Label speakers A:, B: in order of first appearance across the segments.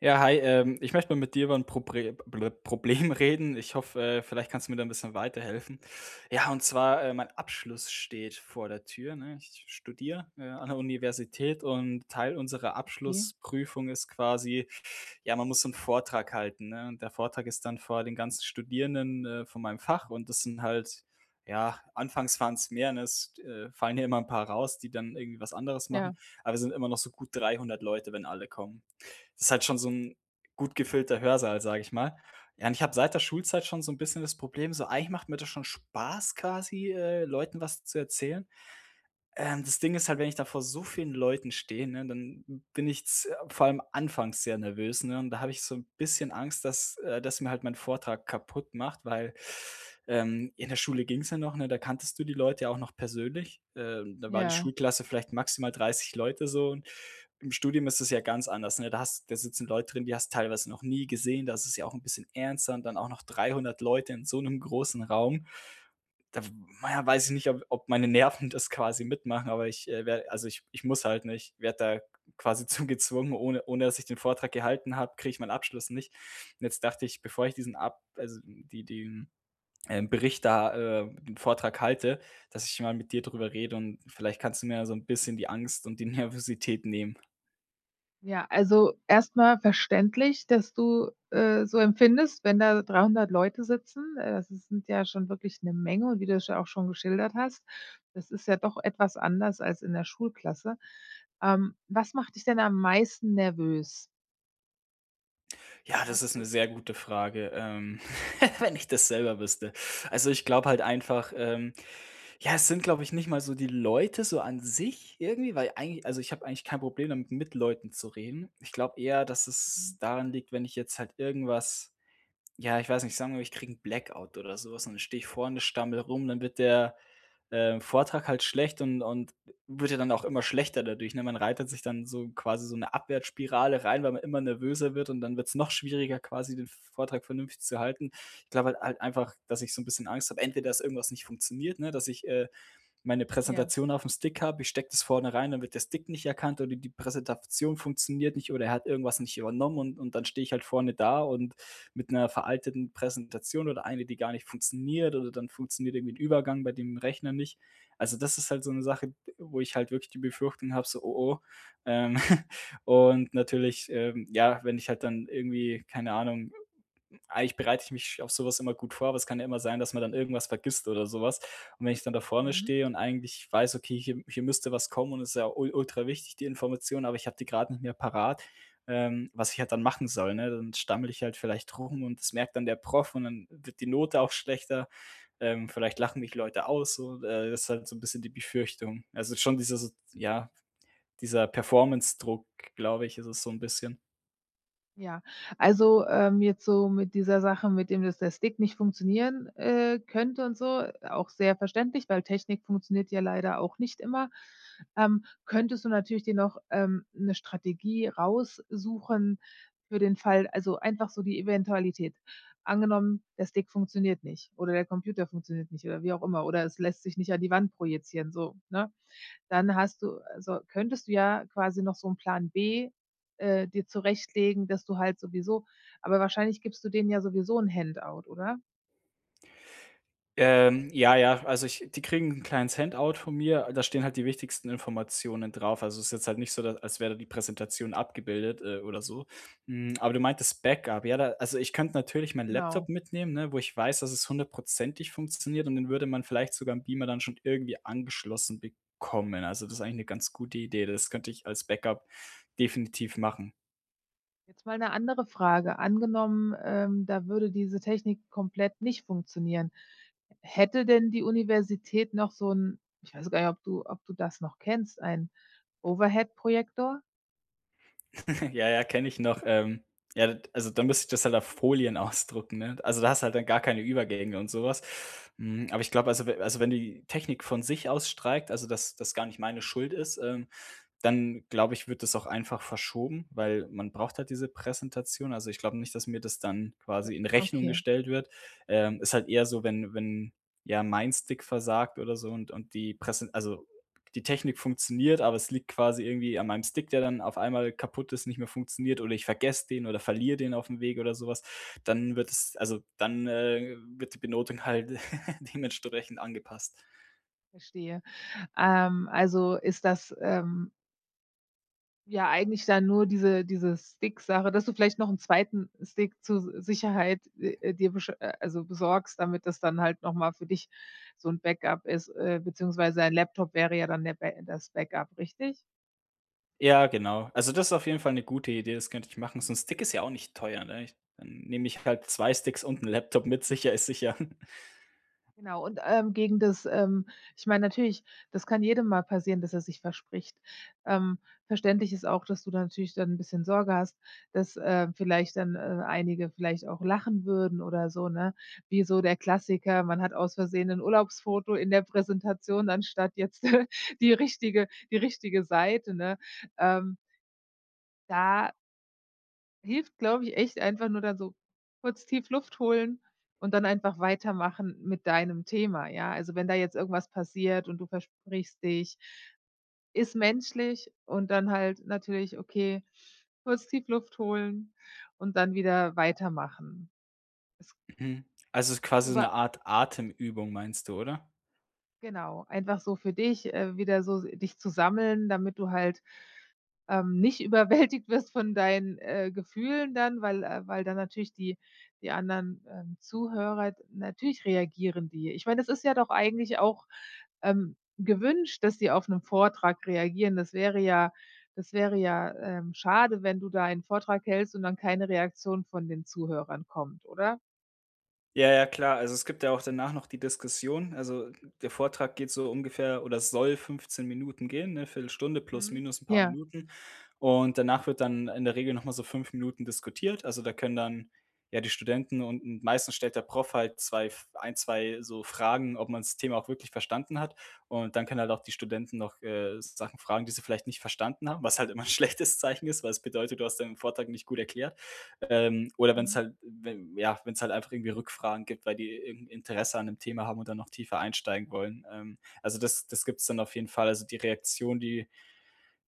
A: Ja, hi. Ich möchte mal mit dir über ein Probre Ble Problem reden. Ich hoffe, vielleicht kannst du mir da ein bisschen weiterhelfen. Ja, und zwar, mein Abschluss steht vor der Tür, ne? Ich studiere, an der Universität und Teil unserer
B: Okay.
A: Abschlussprüfung ist quasi, ja, man muss so 'n Vortrag halten, ne? Und der Vortrag ist dann vor den ganzen Studierenden, von meinem Fach und das sind halt, ja, anfangs waren es mehr, ne? Es, fallen hier immer ein paar raus, die dann irgendwie was anderes machen,
B: Ja,
A: aber wir sind immer noch so gut 300 Leute, wenn alle kommen. Das ist halt schon so ein gut gefüllter Hörsaal, sage ich mal. Ja, und ich habe seit der Schulzeit schon so ein bisschen das Problem, so eigentlich macht mir das schon Spaß quasi, Leuten was zu erzählen. Das Ding ist halt, wenn ich da vor so vielen Leuten stehe, ne, dann bin ich z vor allem anfangs sehr nervös, ne, und da habe ich so ein bisschen Angst, dass mir halt mein Vortrag kaputt macht, weil, in der Schule ging es ja noch, ne, da kanntest du die Leute ja auch noch persönlich. Da war die
B: ja,
A: Schulklasse vielleicht maximal 30 Leute so und im Studium ist es ja ganz anders, ne? Da sitzen Leute drin, die hast du teilweise noch nie gesehen. Da ist es ja auch ein bisschen ernster und dann auch noch 300 Leute in so einem großen Raum. Da w Ja, weiß ich nicht, ob meine Nerven das quasi mitmachen, aber ich, werde also ich muss halt, nicht werde da quasi zu gezwungen, ohne dass ich den Vortrag gehalten habe, kriege ich meinen Abschluss nicht. Und jetzt dachte ich, bevor ich diesen ab also die den, Bericht da, den Vortrag halte, dass ich mal mit dir drüber rede und vielleicht kannst du mir ja so ein bisschen die Angst und die Nervosität nehmen.
B: ja. Also, erstmal verständlich, dass du, so empfindest, wenn da 300 Leute sitzen. Das ist sind ja schon wirklich eine Menge, und wie du es ja auch schon geschildert hast, das ist ja doch etwas anders als in der Schulklasse. Was macht dich denn am meisten nervös?
A: Ja, das ist
B: Hast
A: eine
B: du
A: sehr gute Frage, wenn ich das selber wüsste. Also, ich glaube halt einfach, ja, es sind, glaube ich, nicht mal so die Leute so an sich irgendwie, weil eigentlich also, ich habe eigentlich kein Problem damit, mit Leuten zu reden. Ich glaube eher, dass
B: mhm,
A: es daran liegt, wenn ich jetzt halt irgendwas, ja, ich weiß nicht, sagen wir, ich kriege 'n Blackout oder sowas und dann stehe ich vorne, stammele rum, dann wird der, Vortrag halt schlecht und wird ja dann auch immer schlechter dadurch, ne? Man reitet sich dann so quasi so eine Abwärtsspirale rein, weil man immer nervöser wird und dann wird's noch schwieriger, quasi den Vortrag vernünftig zu halten. Ich glaube halt einfach, dass ich so ein bisschen Angst habe, entweder dass irgendwas nicht funktioniert, ne, dass ich, meine
B: ja,
A: Präsentation auf dem Stick habe, ich stecke das vorne rein, dann wird der Stick nicht erkannt oder die Präsentation funktioniert nicht oder er hat irgendwas nicht übernommen und dann stehe ich halt vorne da und mit einer veralteten Präsentation oder eine, die gar nicht funktioniert oder dann funktioniert irgendwie ein Übergang bei dem Rechner nicht. Also das ist halt so eine Sache, wo ich halt wirklich die Befürchtung habe, so oh oh. Ähm, und natürlich, ja, wenn ich halt dann irgendwie, keine Ahnung, eigentlich bereite ich mich auf sowas immer gut vor, aber es kann ja immer sein, dass man dann irgendwas vergisst oder sowas. Und wenn ich dann da vorne
B: mhm.
A: stehe und eigentlich weiß, okay, hier müsste was kommen und es ist ja ul ultra wichtig, die Information, aber ich habe die gerade nicht mehr parat, was ich halt dann machen soll, ne? Dann stammele ich halt vielleicht rum und das merkt dann der Prof und dann wird die Note auch schlechter. Vielleicht lachen mich Leute aus, so, das ist halt so ein bisschen die Befürchtung. Also, schon dieser so, ja, dieser Performance-Druck, glaube ich, ist es so ein bisschen.
B: Ja, also, jetzt so mit dieser Sache, mit dem, dass der Stick nicht funktionieren, könnte und so, auch sehr verständlich, weil Technik funktioniert ja leider auch nicht immer. Könntest du natürlich dir noch, 'ne Strategie raussuchen für den Fall, also, einfach so die Eventualität. Angenommen, der Stick funktioniert nicht oder der Computer funktioniert nicht oder wie auch immer, oder es lässt sich nicht an die Wand projizieren, so, ne? Dann hast du, also, könntest du ja quasi noch so 'n Plan B, dir zurechtlegen, dass du halt sowieso, aber wahrscheinlich gibst du denen ja sowieso 'n Handout, oder?
A: Ja, ja, also ich die kriegen ein kleines Handout von mir, da stehen halt die wichtigsten Informationen drauf. Also, es ist jetzt halt nicht so, da als wäre da die Präsentation abgebildet, oder so. Aber du meintest Backup. Ja, da also ich könnte natürlich meinen Laptop
B: Genau.
A: mitnehmen, ne, wo ich weiß, dass es hundertprozentig funktioniert und den würde man vielleicht sogar am Beamer dann schon irgendwie angeschlossen bekommen. Also, das ist eigentlich eine ganz gute Idee. Das könnte ich als Backup definitiv machen.
B: Jetzt mal 'ne andere Frage. Angenommen, da würde diese Technik komplett nicht funktionieren. Hätte denn die Universität noch so 'n, ich weiß gar nicht, ob du das noch kennst, einen Overhead-Projektor?
A: Ja, ja, kenne ich noch. Ja, d also, dann müsste ich das halt auf Folien ausdrucken, ne? Also, da hast du halt dann gar keine Übergänge und sowas. Was. Aber ich glaube, also we also, wenn die Technik von sich aus streikt, also, dass das gar nicht meine Schuld ist, dann glaube ich, wird das auch einfach verschoben, weil man braucht halt diese Präsentation. Also, ich glaube nicht, dass mir das dann quasi in Rechnung
B: Okay,
A: gestellt wird. Ist halt eher so, wenn ja, mein Stick versagt oder so und die Präsen also, die Technik funktioniert, aber es liegt quasi irgendwie an meinem Stick, der dann auf einmal kaputt ist, nicht mehr funktioniert oder ich vergesse den oder verliere den auf dem Weg oder sowas. Dann wird es also, dann, wird die Benotung halt dementsprechend angepasst.
B: verstehe. Also, ist das, ähm, ja, eigentlich dann nur diese diese Stick-Sache, dass du vielleicht noch 'n zweiten Stick zur Si Sicherheit, dir besch also, besorgst, damit das dann halt noch mal für dich so 'n Backup ist, beziehungsweise dein Laptop wäre ja dann der Ba das Backup, richtig?
A: Ja, genau. Also, das ist auf jeden Fall eine gute Idee, das könnte ich machen. So ein Stick ist ja auch nicht teuer, ne? Ich Dann nehme ich halt 2 Sticks und einen Laptop mit, sicher ist sicher.
B: Genau, und, gegen das, ähm, ich meine, natürlich, das kann jedem mal passieren, dass er sich verspricht. Ähm, verständlich ist auch, dass du da natürlich dann ein bisschen Sorge hast, dass, vielleicht dann, einige vielleicht auch lachen würden oder so, ne? Wie so der Klassiker, man hat aus Versehen ein Urlaubsfoto in der Präsentation anstatt jetzt die richtige Seite, ne? Ähm, da hilft, glaube ich, echt einfach nur dann so kurz tief Luft holen und dann einfach weitermachen mit deinem Thema, ja? Also, wenn da jetzt irgendwas passiert und du versprichst dich, ist menschlich, und dann halt natürlich, okay, kurz tief Luft holen und dann wieder weitermachen. Es
A: Mhm. Also, es ist quasi
B: du
A: so
B: wa
A: eine Art Atemübung meinst du, oder?
B: Genau, einfach so für dich, wieder so dich zu sammeln, damit du halt, nicht überwältigt wirst von deinen, Gefühlen dann, weil weil dann natürlich die die anderen, Zuhörer natürlich reagieren die. Ich meine, das ist ja doch eigentlich auch, gewünscht, dass die auf 'nen Vortrag reagieren. Das wäre ja, schade, wenn du da einen Vortrag hältst und dann keine Reaktion von den Zuhörern kommt, oder?
A: Ja, ja, klar. Also, es gibt ja auch danach noch die Diskussion. Also, der Vortrag geht so ungefähr oder soll 15 Minuten gehen, ne, Viertelstunde plus
B: Mhm.
A: minus ein paar
B: Ja,
A: Minuten. Und danach wird dann in der Regel noch mal so 5 Minuten diskutiert. Also, da können dann, ja, die Studenten und meistens stellt der Prof halt 2 F 1, 2 so Fragen, ob man das Thema auch wirklich verstanden hat. Und dann können halt auch die Studenten noch, Sachen fragen, die sie vielleicht nicht verstanden haben, was halt immer ein schlechtes Zeichen ist, weil es bedeutet, du hast deinen Vortrag nicht gut erklärt. Oder wenn es
B: mhm,
A: halt wenn, ja, wenn's halt einfach irgendwie Rückfragen gibt, weil die irgend Interesse an 'nem Thema haben und dann noch tiefer einsteigen wollen. Also, das gibt's dann auf jeden Fall. Also, die Reaktion, die,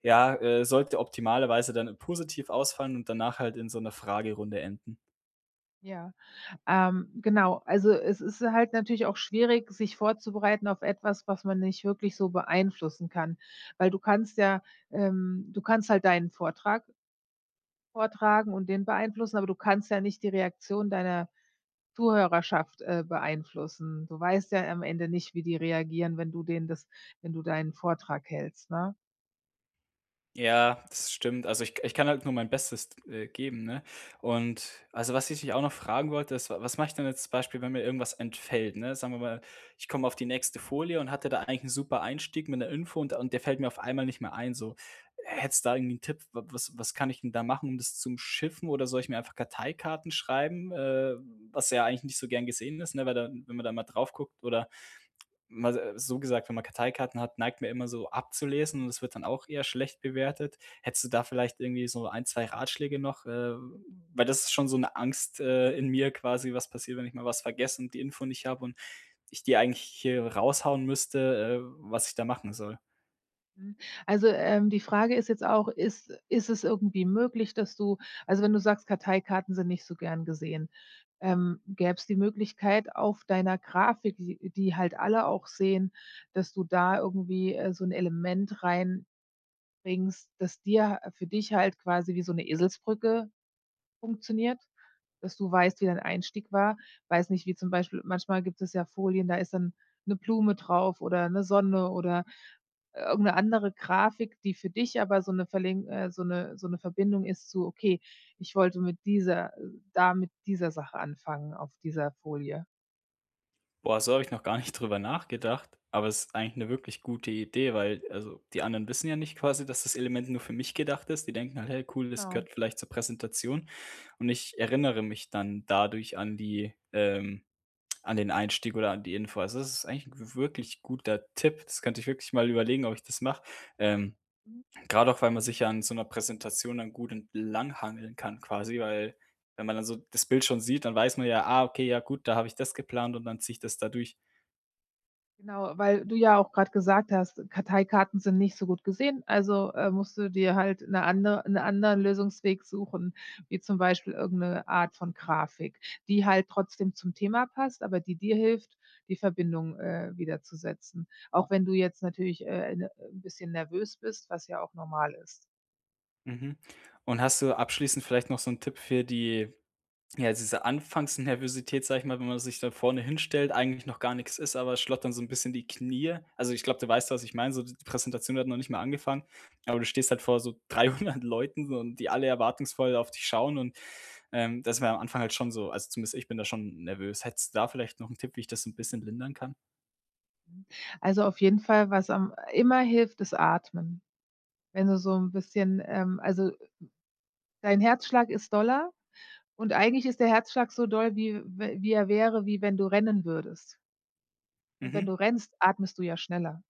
A: ja, sollte optimalerweise dann positiv ausfallen und danach halt in so einer Fragerunde enden.
B: ja. Genau, also es ist halt natürlich auch schwierig, sich vorzubereiten auf etwas, was man nicht wirklich so beeinflussen kann, weil du kannst halt deinen Vortrag vortragen und den beeinflussen, aber du kannst ja nicht die Reaktion deiner Zuhörerschaft, beeinflussen. Du weißt ja am Ende nicht, wie die reagieren, wenn du deinen Vortrag hältst, ne?
A: Ja, das stimmt. Also, ich kann halt nur mein Bestes, geben, ne? Und also, was ich dich auch noch fragen wollte, ist, wa was mache ich denn jetzt zum Beispiel, wenn mir irgendwas entfällt, ne? Sagen wir mal, ich komme auf die nächste Folie und hatte da eigentlich einen super Einstieg mit 'ner Info und der fällt mir auf einmal nicht mehr ein, so. Hättest du da irgendwie 'n Tipp, wa was was kann ich denn da machen, um das zu Schiffen? Oder soll ich mir einfach Karteikarten schreiben, was ja eigentlich nicht so gern gesehen ist, ne, weil da wenn man da mal drauf guckt oder mal so gesagt, wenn man Karteikarten hat, neigt man immer so abzulesen und es wird dann auch eher schlecht bewertet. Hättest du da vielleicht irgendwie so ein 2 Ratschläge noch? Weil das ist schon so eine Angst, in mir quasi, was passiert, wenn ich mal was vergesse und die Info nicht habe und ich die eigentlich hier raushauen müsste, was ich da machen soll?
B: Mhm. Also, die Frage ist jetzt auch, ist es irgendwie möglich, dass du, also, wenn du sagst, Karteikarten sind nicht so gern gesehen, gäb's die Möglichkeit auf deiner Grafik, die die halt alle auch sehen, dass du da irgendwie, so ein Element reinbringst, das dir für dich halt quasi wie so eine Eselsbrücke funktioniert, dass du weißt, wie dein Einstieg war. Weiß nicht, wie zum Beispiel manchmal gibt es ja Folien, da ist dann eine Blume drauf oder eine Sonne oder irgendeine andere Grafik, die für dich aber so 'ne Verlink so 'ne so 'ne Verbindung ist zu: „Okay, ich wollte mit dieser da mit dieser Sache anfangen auf dieser Folie.“
A: Boah, so habe ich noch gar nicht drüber nachgedacht, aber es ist eigentlich 'ne wirklich gute Idee, weil also, die anderen wissen ja nicht quasi, dass das Element nur für mich gedacht ist. Die denken halt: „Hey, cool, das
B: Genau.
A: gehört vielleicht zur Präsentation." Und ich erinnere mich dann dadurch an die an den Einstieg oder an die Info. Also, das ist eigentlich 'n w wirklich guter Tipp. Das könnte ich wirklich mal überlegen, ob ich das mache. Ähm,
B: Mhm.
A: grade auch, weil man sich ja an so 'ner Präsentation dann gut entlanghangeln kann quasi, weil wenn man dann so das Bild schon sieht, dann weiß man ja: „Ah, okay, ja gut, da habe ich das geplant und dann ziehe ich das da durch."
B: Genau, weil du ja auch gerade gesagt hast, Karteikarten sind nicht so gut gesehen, also, musst du dir halt eine andere 'n anderen Lösungsweg suchen, wie zum Beispiel irgendeine Art von Grafik, die halt trotzdem zum Thema passt, aber die dir hilft, die Verbindung, wiederzusetzen. Auch wenn du jetzt natürlich, 'n bisschen nervös bist, was ja auch normal ist.
A: Mhm. Und hast du abschließend vielleicht noch so einen Tipp für die ja, diese Anfangsnervosität, sage ich mal, wenn man sich da vorne hinstellt, eigentlich noch gar nichts ist, aber es schlottern so ein bisschen die Knie. Also, ich glaube, du weißt, was ich meine, so die Präsentation hat noch nicht mal angefangen, aber du stehst halt vor so 300 Leuten so und die alle erwartungsvoll auf dich schauen und, das war am Anfang halt schon so also, zumindest ich bin da schon nervös. Hättest du da vielleicht noch einen Tipp, wie ich das so ein bisschen lindern kann?
B: Also, auf jeden Fall, was am immer hilft, ist Atmen. Wenn du so ein bisschen, also, dein Herzschlag ist doller, und eigentlich ist der Herzschlag so doll, wie w wie er wäre, wie wenn du rennen würdest. Und wenn
A: Mhm.
B: du rennst, atmest du ja schneller.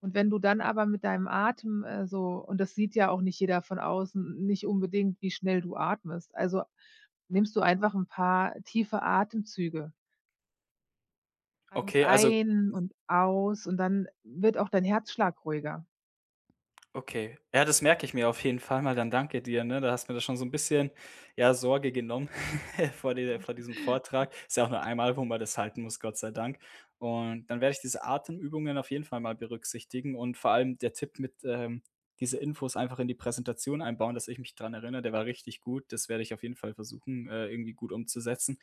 B: Und wenn du dann aber mit deinem Atem, so, und das sieht ja auch nicht jeder von außen, nicht unbedingt, wie schnell du atmest. Also, nimmst du einfach ein paar tiefe Atemzüge, atmest
A: Okay, also
B: ein und aus, und dann wird auch dein Herzschlag ruhiger.
A: Okay. Ja, das merke ich mir auf jeden Fall mal, dann danke dir, ne? Da hast mir das schon so ein bisschen, ja, Sorge genommen vor di vor diesem Vortrag. Ist ja auch nur einmal, wo man das halten muss, Gott sei Dank. Und dann werde ich diese Atemübungen auf jeden Fall mal berücksichtigen und vor allem der Tipp mit, diese Infos einfach in die Präsentation einbauen, dass ich mich dran erinnere, der war richtig gut. Das werde ich auf jeden Fall versuchen, irgendwie gut umzusetzen.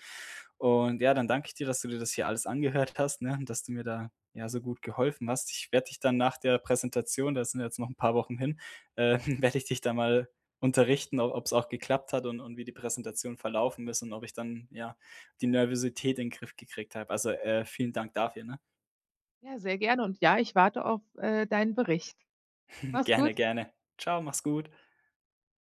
A: Und ja, dann danke ich dir, dass du dir das hier alles angehört hast, ne, und dass du mir da, ja, so gut geholfen hast. Ich werde dich dann nach der Präsentation, da sind jetzt noch ein paar Wochen hin, werde ich dich da mal unterrichten, ob es auch geklappt hat und wie die Präsentation verlaufen ist und ob ich dann, ja, die Nervosität in den Griff gekriegt habe. Also, vielen Dank dafür, ne?
B: Ja, sehr gerne, und ja, ich warte auf, deinen Bericht. Mach's gut.
A: Gerne, gerne. Ciao, mach's gut.